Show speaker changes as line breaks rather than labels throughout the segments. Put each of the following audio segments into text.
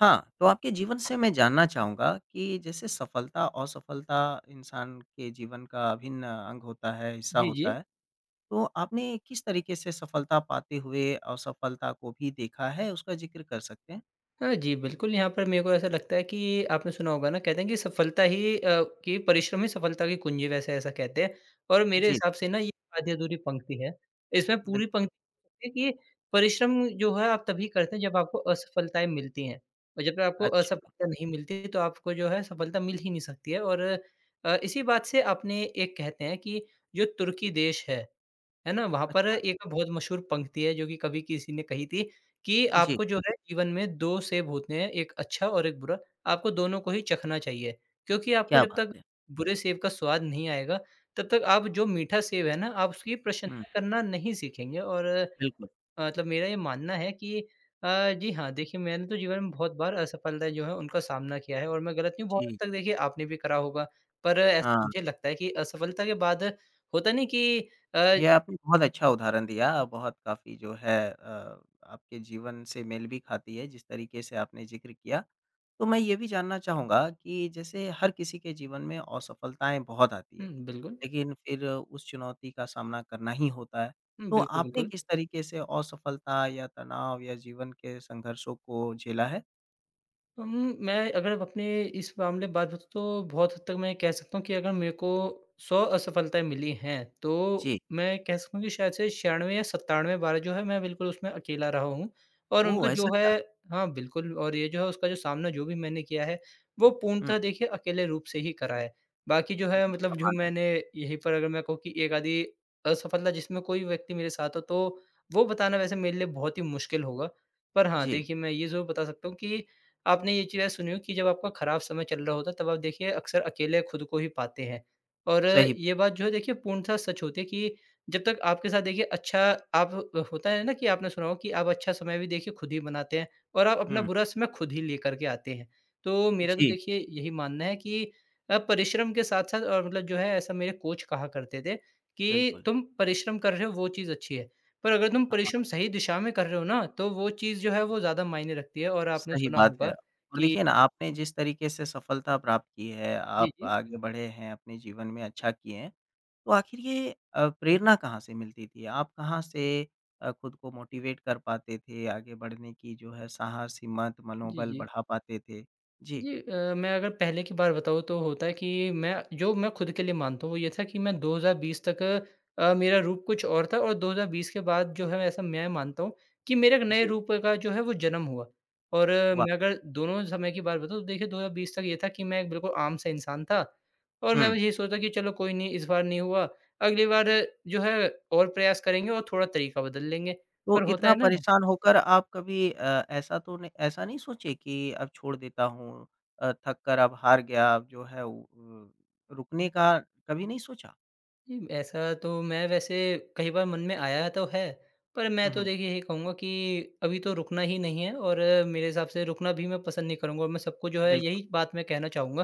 हाँ, तो आपके जीवन से मैं जानना चाहूँगा कि जैसे सफलता-असफलता इंसान के जीवन का अभिन्न अंग होता है, हिस्सा
जी,
होता
जी।
है। तो आपने किस तरीके से सफलता पाते हुए असफलता को भी देखा है? उसका ज़िक्र कर सकते हैं।
हाँ जी, बिल्कुल। यहाँ पर मेरे को ऐसा लगता है कि आपने सुना होगा ना, कहते हैं कि परिश्रम ही सफलता की कुंजी, वैसे ऐसा कहते हैं। और मेरे
जी,
हिसाब से ना, ये आधी-अधूरी पंक्ति है। इसमें पूरी
बिल्कुल।
पंक्ति है कि परिश्रम जो है आप तभी करते हैं जब आपको असफलताएँ मिलती हैं, और जब तक आपको
अच्छा,
असफलता नहीं मिलती तो आपको जो है सफलता मिल ही नहीं सकती है। और इसी बात से आपने एक कहते हैं कि जो तुर्की देश है ना? वहाँ पर
अच्छा।
एक बहुत मशहूर पंक्ति है जो कि कभी किसी ने कही थी कि
जी,
आपको जो है जीवन में दो सेब होते हैं, एक अच्छा और एक बुरा, आपको दोनों को ही चखना चाहिए। क्योंकि आपको
क्या
जब
बात
तक
है!
बुरे सेब का स्वाद नहीं आएगा, तब तक आप जो मीठा सेब है ना, आप उसकी
हुँ,
प्रशंसा करना नहीं सीखेंगे। और
बिल्कुल।
मतलब मेरा ये मानना है कि जी हाँ, देखिए मैंने तो जीवन में बहुत बार असफलता जो है उनका सामना किया है, और मैं गलत नहीं हूँ, बहुत
जी,
हद तक देखिए आपने भी करा होगा। पर ऐसा
हाँ।
मुझे लगता है कि असफलता के बाद होता नहीं कि, अ,
ये आपने बहुत अच्छा उदाहरण दिया, बहुत काफ़ी जो है, आपके जीवन से मेल भी खाती है, जिस तरीके से आपने ज़िक्र किया। तो मैं ये भी जानना चाहूँगा कि जैसे हर किसी के जीवन में असफलताएँ बहुत आती है,
हुँ, बिल्कुल।
लेकिन फिर उस चुनौती का सामना करना ही होता है।
हुँ,
तो
बिल्कुल,
आपने
बिल्कुल।
किस तरीके से असफलता या तनाव या जीवन के संघर्षों को झेला है?
मैं अगर अब अपने इस मामले बात बताऊँ, तो बहुत हद तक मैं कह सकता हूँ कि अगर मेरे को 100 असफलताएँ मिली हैं, तो
जी।
मैं कह सकता हूँ कि शायद से 96 या 97 बार जो है मैं बिल्कुल उसमें अकेला रहा हूँ, और उनका
ओह! ऐसा
जो
क्या?
है हाँ, बिल्कुल। और ये जो है, उसका जो सामना जो भी मैंने किया है, वो
हुँ,
पूर्णतः देखिए अकेले रूप से ही करा है। बाकी जो है
वाह!
मतलब जो
कमाल है।
मैंने यहीं पर, अगर मैं कहूँ कि एक आधी असफलता जिसमें कोई व्यक्ति मेरे साथ हो, तो वो बताना वैसे मेरे लिए बहुत ही मुश्किल होगा। पर हाँ,
जी,
देखिए मैं ये ज़रूर बता सकता हूँ कि आपने ये चीज़ें सुनी हो कि जब आपका खराब समय चल रहा होता है, तब आप देखिए अक्सर अकेले खुद को ही पाते हैं। और
सही।
ये बात जो है देखिए पूर्णतः सच होती है कि जब तक आपके साथ देखिए अच्छा आप, होता है ना कि आपने सुना हो कि आप अच्छा समय भी देखिए खुद ही बनाते हैं, और आप अपना
हुँ,
बुरा समय खुद ही लेकर के आते हैं। तो मेरा तो
जी,
देखिए यही मानना है कि परिश्रम के साथ-साथ, और मतलब जो है ऐसा मेरे कोच कहा करते थे कि
बिल्कुल।
तुम परिश्रम कर रहे हो वो चीज़ अच्छी है। पर अगर तुम परिश्रम
हाँ।
सही दिशा में कर रहे हो ना, तो वो चीज़ जो है वो ज़्यादा मायने रखती है, और आपने
सही
सुना
बात है।
होगा
और
कि
देखिए ना, आपने जिस तरीके से सफलता प्राप्त की है,
जी,
आप
जी।
आगे बढ़े हैं, अपने जीवन में अच्छा किए हैं, तो आखिर ये प्रेरणा कहाँ से मिलती थी? आप कहाँ से खुद को मोटिवेट कर पाते थे, आगे बढ़ने की जो है साहस, हिम्मत,
जी,
मनोबल
जी।
बढ़ा पाते थे? जी,
जी, मैं अगर पहले की बार बताऊँ तो होता है कि मैं जो मैं खुद के लिए मानता हूँ, वो ये था कि मैं 2020 तक मेरा रूप कुछ और था, और 2020 के बाद जो है ऐसा मैं मानता हूँ कि मेरे एक नए
जी,
रूप का जो है वो जन्म हुआ। और
वाह!
मैं अगर दोनों समय की बात बताऊँ, तो देखिए 2020 तक ये था कि मैं एक बिल्कुल आम-सा इंसान था। और मैं
हुँ,
बस यही सोचता कि चलो कोई नहीं, इस बार नहीं हुआ, अगली बार जो है और प्रयास करेंगे, और थोड़ा तरीका बदल लेंगे।
तो
पर होता
इतना
है ना,
परेशान होकर आप कभी ऐसा तो नहीं, ऐसा नहीं सोचे कि अब छोड़ देता हूँ, थक कर अब हार गया, अब जो है अ, रुकने का कभी नहीं सोचा?
जी, ऐसा तो मैं वैसे कई बार मन में आया तो है, पर मैं
हुँ,
तो
हुँ।
देखिए यही कहूँगा कि अभी तो रुकना ही नहीं है, और मेरे हिसाब से रुकना भी मैं पसंद नहीं करूँगा, और मैं सबको जो है
बिल्कुल,
यही बात मैं कहना चाहूँगा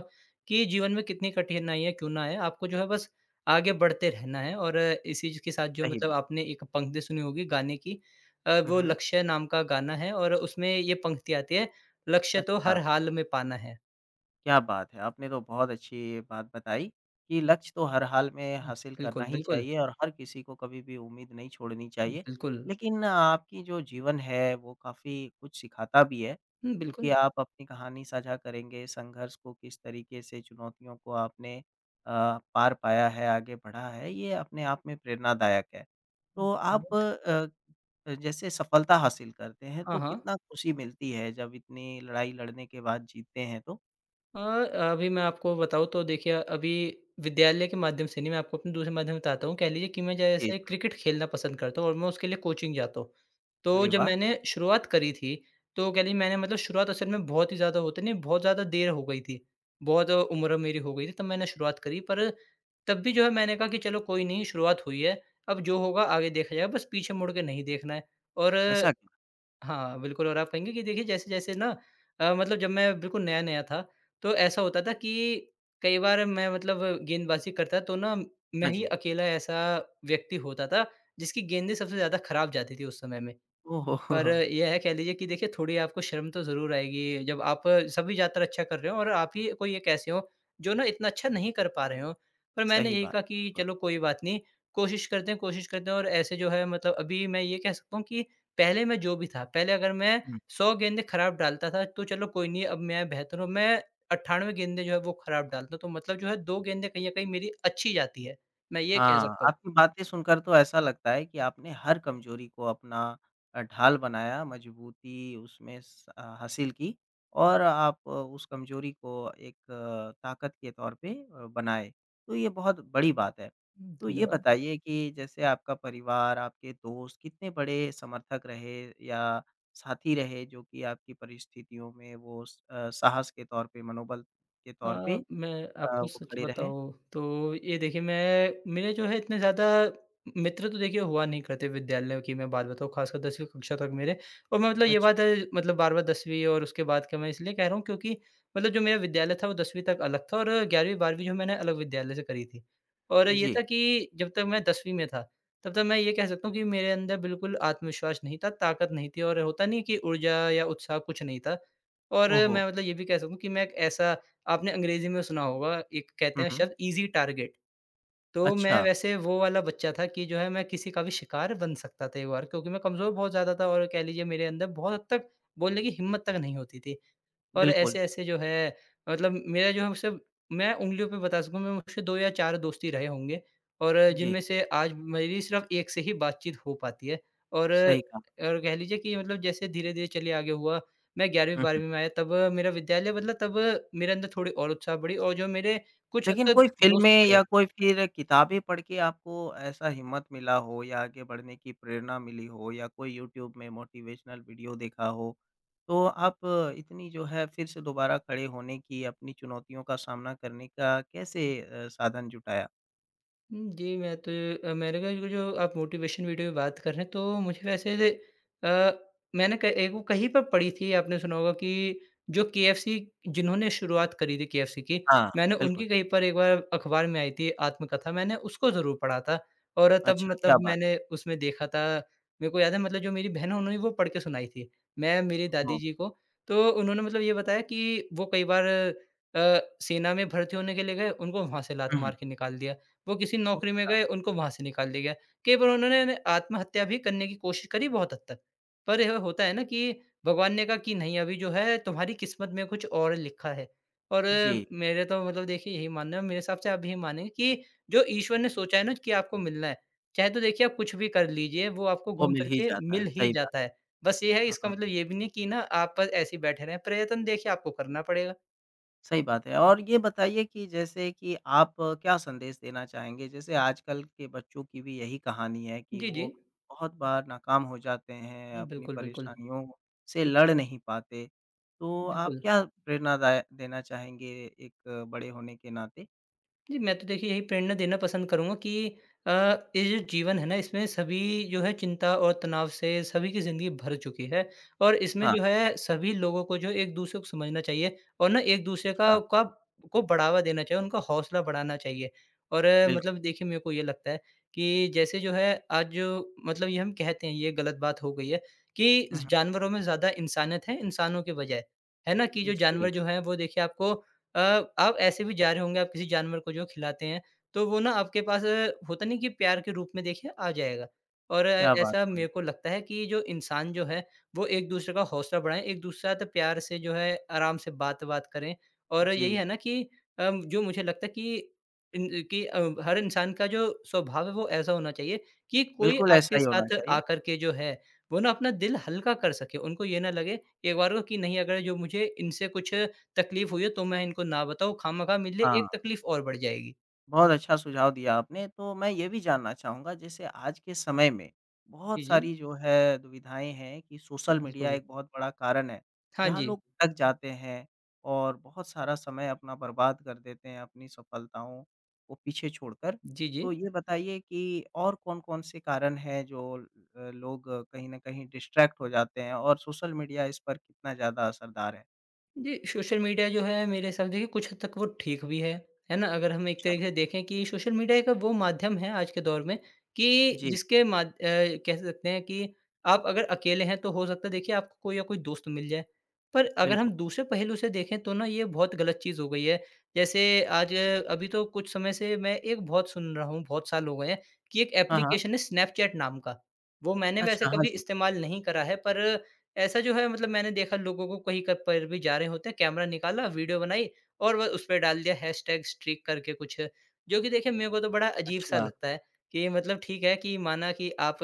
कि जीवन में कितनी कठिनाइयाँ क्यों ना आए, आपको जो है बस आगे बढ़ते रहना है। और इसी चीज़ के साथ जो
सही
मतलब,
बात।
आपने एक पंक्ति सुनी होगी गाने की,
हुँ,
वो
हुँ।
लक्ष्य नाम का गाना है, और उसमें ये पंक्ति आती है, लक्ष्य तो
अच्छा।
हर हाल में पाना है।
क्या बात है! आपने तो बहुत अच्छी बात बताई कि लक्ष्य तो हर हाल में
हुँ,
हासिल करना
बिल्कुल,
ही
बिल्कुल,
चाहिए और हर किसी को कभी भी उम्मीद नहीं छोड़नी चाहिए।
बिल्कुल।
लेकिन आपकी जो जीवन है वो काफ़ी कुछ सिखाता भी है,
हुँ,
क्योंकि
बिल्कुल।
आप अपनी कहानी साझा करेंगे, संघर्ष को किस तरीके से चुनौतियों को आपने पार पाया है, आगे बढ़ा है, ये अपने आप में प्रेरणादायक है।
हुँ,
तो
हुँ,
आप जैसे सफलता हासिल करते हैं तो
हाँ, हाँ।
कितना खुशी मिलती है जब इतनी लड़ाई लड़ने के बाद जीतते हैं तो?
अ, अभी मैं आपको बताऊँ तो देखिए अभी विद्यालय के माध्यम से नहीं, मैं आपको अपने दूसरे माध्यम बताता हूँ। कह लीजिए कि मैं
जी,
जैसे
जी।
क्रिकेट खेलना पसंद करता हूँ, और मैं उसके लिए कोचिंग जाता हूँ। तो
अरे
जब
वाह!
मैंने शुरुआत करी थी, तो कह लीजिए मैंने मतलब शुरुआत असल में बहुत ही ज़्यादा होता नहीं, बहुत ज़्यादा देर हो गई थी। बहुत उम्र मेरी हो गई थी तब मैंने शुरुआत करी, पर तब भी जो है मैंने कहा कि चलो कोई नहीं, शुरुआत हुई है, अब जो होगा आगे देखा जाएगा, बस पीछे मुड़ के नहीं देखना है। और
ऐसा क्या?
हाँ, बिल्कुल। और आप कहेंगे कि देखिए जैसे-जैसे ना, मतलब जब मैं बिल्कुल नया-नया था, तो ऐसा होता था कि कई बार मैं मतलब गेंदबाज़ी करता तो ना, मैं
हाँ
ही
जी।
अकेला ऐसा व्यक्ति होता था जिसकी गेंदें सबसे ज़्यादा खराब जाती थी उस समय में।
ओह हो! हो
पर
हो!
ये है, कह लीजिए कि देखिए थोड़ी आपको शर्म तो ज़रूर आएगी, जब आप सभी ज़्यादातर अच्छा कर रहे हो और आप ही कोई एक ऐसे हो, जो ना इतना अच्छा नहीं कर पा रहे हो। पर मैंने
सही
यही
बात,
कहा कि
बिल्कुल।
चलो कोई बात नहीं, कोशिश करते हैं, कोशिश करते हैं, और ऐसे जो है मतलब अभी मैं ये कह सकता हूँ कि पहले मैं जो भी था, पहले अगर मैं 100 गेंदें खराब डालता था, तो चलो कोई नहीं, अब मैं बेहतर हूँ, मैं 98 गेंदें जो है वो खराब डालता हूँ, तो मतलब जो है दो गेंदें कहीं न कहीं मेरी अच्छी जाती है। मैं ये कह
हाँ,
सकता हूँ।
आपकी बातें सुनकर तो ऐसा लगता है कि आपने हर कमज़ोरी को अपना ढाल बनाया, मज़बूती उसमें हासिल की और आप, उस कमज़ोरी को एक ताकत के तौर पे बनाए, तो ये बहुत बड़ी बात है।
हुँ,
तो ये
धन्यवाद।
बताइए कि जैसे आपका परिवार, आपके दोस्त कितने बड़े समर्थक रहे या साथी रहे, जो कि आपकी परिस्थितियों में वो साहस के तौर पे, मनोबल के
अ,
तौर पे
मैं आपको
वो
सच
खड़े रहे?
बताऊँ तो ये देखिए, मैं मेरे जो है इतने ज़्यादा मित्र तो देखिए हुआ नहीं करते, विद्यालय की मैं बात बताऊँ ख़ासकर 10वीं कक्षा तक मेरे। और मैं मतलब ये
अच्छा,
बात है, मतलब बार-बार 10वीं और उसके बाद का मैं इसलिए कह रहा हूँ क्योंकि मतलब जो मेरा विद्यालय था वो 10वीं तक अलग था, और 11वीं 12वीं जो मैंने अलग विद्यालय से करी थी। और ये
जी।
था कि जब तक मैं 10वीं में था, तब तक मैं ये कह सकता हूँ कि मेरे अंदर बिल्कुल आत्मविश्वास नहीं था, ताकत नहीं थी, और होता नहीं है कि ऊर्जा या उत्साह कुछ नहीं था। और
ओहो!
मैं मतलब ये भी कह सकूँ कि मैं एक ऐसा, आपने अंग्रेज़ी में सुना होगा, एक कहते
हुँ,
हैं
हुँ।
शब्द ईज़ी टारगेट। तो मैं
अच्छा,
वैसे वो वाला बच्चा था कि जो है, मैं किसी का भी शिकार बन सकता था एक बार, क्योंकि मैं कमज़ोर बहुत ज़्यादा था, और कह लीजिए मेरे अंदर बहुत हद तक बोलने की हिम्मत तक नहीं होती थी। और
बिल्कुल।
ऐसे-ऐसे जो है मतलब मेरा जो है सिर्फ़, मैं उँगलियों पे बता सकूँ, मैं मुझसे दो या चार दोस्त ही रहे होंगे, और
जी,
जिनमें से आज मेरी सिर्फ़ एक से ही बातचीत हो पाती है।
सही कहा।
और कह लीजिए कि मतलब जैसे धीरे-धीरे चलिए आगे हुआ, मैं
हुँ, हुँ।
11वीं-12वीं में आया तब मेरा विद्यालय बदला, तब मेरे अंदर थोड़ी और उत्साह बढ़ी, और जो मेरे कुछ हद
लेकिन
तक
कोई
दोस्त
फ़िल्में
बढ़े।
या कोई फिर किताबें पढ़ के आपको ऐसा हिम्मत मिला हो या आगे बढ़ने की प्रेरणा मिली हो या कोई यूट्यूब में मोटिवेशनल वीडियो देखा हो, तो आप इतनी जो है फिर से दोबारा खड़े होने की, अपनी चुनौतियों का सामना करने का कैसे साधन जुटाया?
हुँ, जी, मैं तो मैंने कहा कि जो आप मोटिवेशन वीडियो की बात कर रहे हैं, तो मुझे वैसे अ, मैंने क एक वो कहीं पर पढ़ी थी, आपने सुना होगा कि जो केएफसी, जिन्होंने शुरुआत करी थी केएफसी की,
हाँ,
मैंने
बिल्कुल।
उनकी कहीं पर एक बार अखबार में आई थी आत्मकथा, मैंने उसको ज़रूर पढ़ा था। और तब
अच्छा, क्या
मतलब
बात है।
मैंने उसमें देखा था, मेरे को याद है मतलब, जो मेरी बहन है, उन्होंने वो पढ़ के सुनाई थी मैं मेरी
ओह!
दादी जी को। तो उन्होंने मतलब ये बताया कि वो कई बार सेना में भर्ती होने के लिए गए, उनको वहाँ से लात
हुँ, हुँ।
मार के निकाल दिया। वो किसी
ओह,
नौकरी में
अच्छा।
गए, उनको वहाँ से निकाल दिया गया। कई बार उन्होंने ने आत्महत्या भी करने की कोशिश करी बहुत हद तक। पर यह होता है ना कि भगवान ने कहा कि नहीं, अभी जो है तुम्हारी किस्मत में कुछ और लिखा है। और
जी,
मेरे तो मतलब देखिए यही मानना है, मेरे हिसाब से आप भी यही मानेंगे कि जो ईश्वर ने सोचा है ना कि आपको मिलना है, चाहे तो देखिए आप कुछ भी कर लीजिए, वो आपको
वो
घूम
मिल
फिर
ही
के
जाता है,
मिल ही
सही बात
जाता है। बस ये है,
है।
इसका
हाँ।
मतलब ये भी नहीं कि ना आप बस ऐसे ही बैठे रहें, प्रयत्न देखिए आपको करना पड़ेगा।
सही बात है और ये बताइए कि जैसे कि आप क्या संदेश देना चाहेंगे? जैसे आजकल के बच्चों की भी यही कहानी है कि
जी, जी।
वो बहुत बार नाकाम हो जाते हैं,
हुँ,
अपनी
बिल्कुल, बिल्कुल।
परेशानियों से लड़ नहीं पाते। तो आप
बिल्कुल।
क्या प्रेरणा दाय देना चाहेंगे, एक बड़े होने के नाते?
जी, मैं तो देखिए यही प्रेरणा देना पसंद करूँगा कि अ, ये जो जीवन है ना, इसमें सभी जो है चिंता और तनाव से सभी की ज़िंदगी भर चुकी है, और इसमें
हाँ,
जो है सभी लोगों को जो एक दूसरे को समझना चाहिए, और ना एक दूसरे
अच्छा,
का को बढ़ावा देना चाहिए, उनका हौसला बढ़ाना चाहिए। और
बिल्कुल।
मतलब देखिए मेरे को ये लगता है कि जैसे जो है आज जो मतलब, ये हम कहते हैं ये गलत बात हो गई है कि
हुँ, हुँ।
जानवरों में ज़्यादा इंसानियत है, इंसानों के बजाय। है ना? कि जो
जी,
जानवर जो हैं वो देखिए आपको, अ, आप ऐसे भी जा रहे होंगे, आप किसी जानवर को जो खिलाते हैं, तो वो ना आपके पास होता नहीं कि प्यार के रूप में देखिए आ जाएगा। और
क्या बात
ऐसा
बोली।
मेरे को लगता है कि जो इंसान जो है, वो एक-दूसरे का हौसला बढ़ाएँ, एक-दूसरे के साथ प्यार से जो है आराम से बात-वात करें। और
जी,
यही
जी,
है ना कि जो मुझे लगता है कि हर इंसान का जो स्वभाव है वो ऐसा होना चाहिए कि कोई
बिल्कुल ऐसा
आपके
ही होना
साथ
चाहिए।
आकर के जो है, वो ना अपना दिल हल्का कर सके। उनको ये ना लगे एक बार को कि नहीं, अगर जो मुझे इनसे कुछ तकलीफ़ हुई है तो मैं इनको ना बताऊँ, खामख़ा मेरे लिए
हाँ।
एक तकलीफ़ और बढ़ जाएगी।
बहुत अच्छा सुझाव दिया आपने। तो मैं ये भी जानना चाहूँगा जैसे आज के समय में बहुत
जी, जी।
सारी जो है दुविधाएँ हैं कि सोशल मीडिया
बिल्कुल।
एक बहुत बड़ा कारण है,
हाँ
जहाँ
जी।
लोग भटक जाते हैं और बहुत सारा समय अपना बर्बाद कर देते हैं अपनी सफलताओं को पीछे छोड़कर।
जी, जी।
तो ये बताइए कि और कौन-कौन से कारण हैं जो लोग कहीं न कहीं डिस्ट्रैक्ट हो जाते हैं और सोशल मीडिया इस पर कितना ज़्यादा असरदार है?
जी, सोशल मीडिया जो है मेरे हिसाब से देखिए कुछ हद तक वो ठीक भी है ना? अगर हम एक
अच्छा।
तरीके से देखें कि सोशल मीडिया एक वो माध्यम है आज के दौर में कि
जी,
कह सकते हैं कि आप अगर अकेले हैं तो हो सकता है देखिए आपको कोई या कोई दोस्त मिल जाए। पर अगर हम
बिल्कुल।
दूसरे पहलू से देखें तो ना, ये बहुत गलत चीज़ हो गई है। जैसे आज अभी तो कुछ समय से मैं एक बहुत सुन रहा हूँ, बहुत साल हो गए हैं कि एक
हाँ, हाँ।
एप्लीकेशन है स्नैपचैट नाम का। वो मैंने वैसे
अच्छा, हाँ
कभी
जी।
इस्तेमाल नहीं करा है, पर ऐसा जो है मतलब मैंने देखा लोगों को, कहीं क पर भी जा रहे होते हैं, कैमरा निकाला, वीडियो बनाई, और वो उसपे डाल दिया हैशटैग स्ट्रीक करके कुछ। जो कि देखिए मेरे को तो बड़ा अजीब-सा
अच्छा।
लगता है कि मतलब ठीक है, कि माना कि आप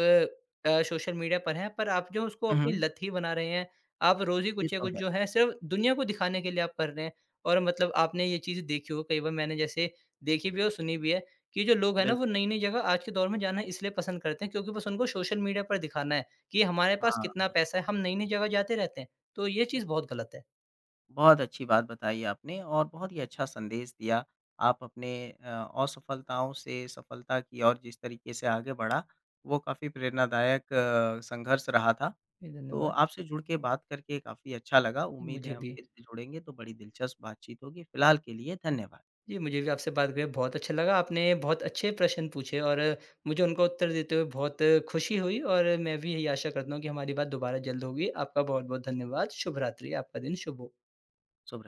सोशल मीडिया पर हैं, पर आप जो उसको
हुँ,
अपनी
हुँ।
लत ही बना रहे हैं। आप रोज़ ही
ये
कुछ या
तो
कुछ
है।
जो है सिर्फ़ दुनिया को दिखाने के लिए आप कर रहे हैं, और मतलब आपने ये चीज़ देखी हो, कई बार मैंने जैसे देखी भी है और सुनी भी है कि जो लोग हैं ना, वो
बिल्कुल,
नई-नई जगह आज के दौर में जाना इसलिए पसंद करते हैं क्योंकि बस उनको सोशल मीडिया पर दिखाना है। कि हमारे पास
हाँ,
कितना पैसा है, हम नई-नई जगह जाते रहते हैं, तो ये चीज़ बहुत गलत है।
बहुत अच्छी बात बताई आपने और बहुत ही अच्छा संदेश दिया। आप अपने, असफलताओं से सफलता की ओर जिस तरीके से आगे बढ़ा, वो काफ़ी प्रेरणादायक संघर्ष रहा था।
जी,
तो
धन्यवाद।
आपसे जुड़ के बात करके काफ़ी अच्छा लगा। उम्मीद है
मुझे
हम
भी
फिर से जुड़ेंगे तो बड़ी दिलचस्प बातचीत होगी। फिलहाल के लिए धन्यवाद।
जी, मुझे भी आपसे बात करके बहुत अच्छा लगा, आपने बहुत अच्छे प्रश्न पूछे और मुझे उनका उत्तर देते हुए बहुत खुशी हुई। और मैं भी यही आशा करता हूँ कि हमारी बात दोबारा जल्द होगी। आपका बहुत-बहुत धन्यवाद। शुभ रात्रि, आपका दिन शुभ हो।
शुभ रा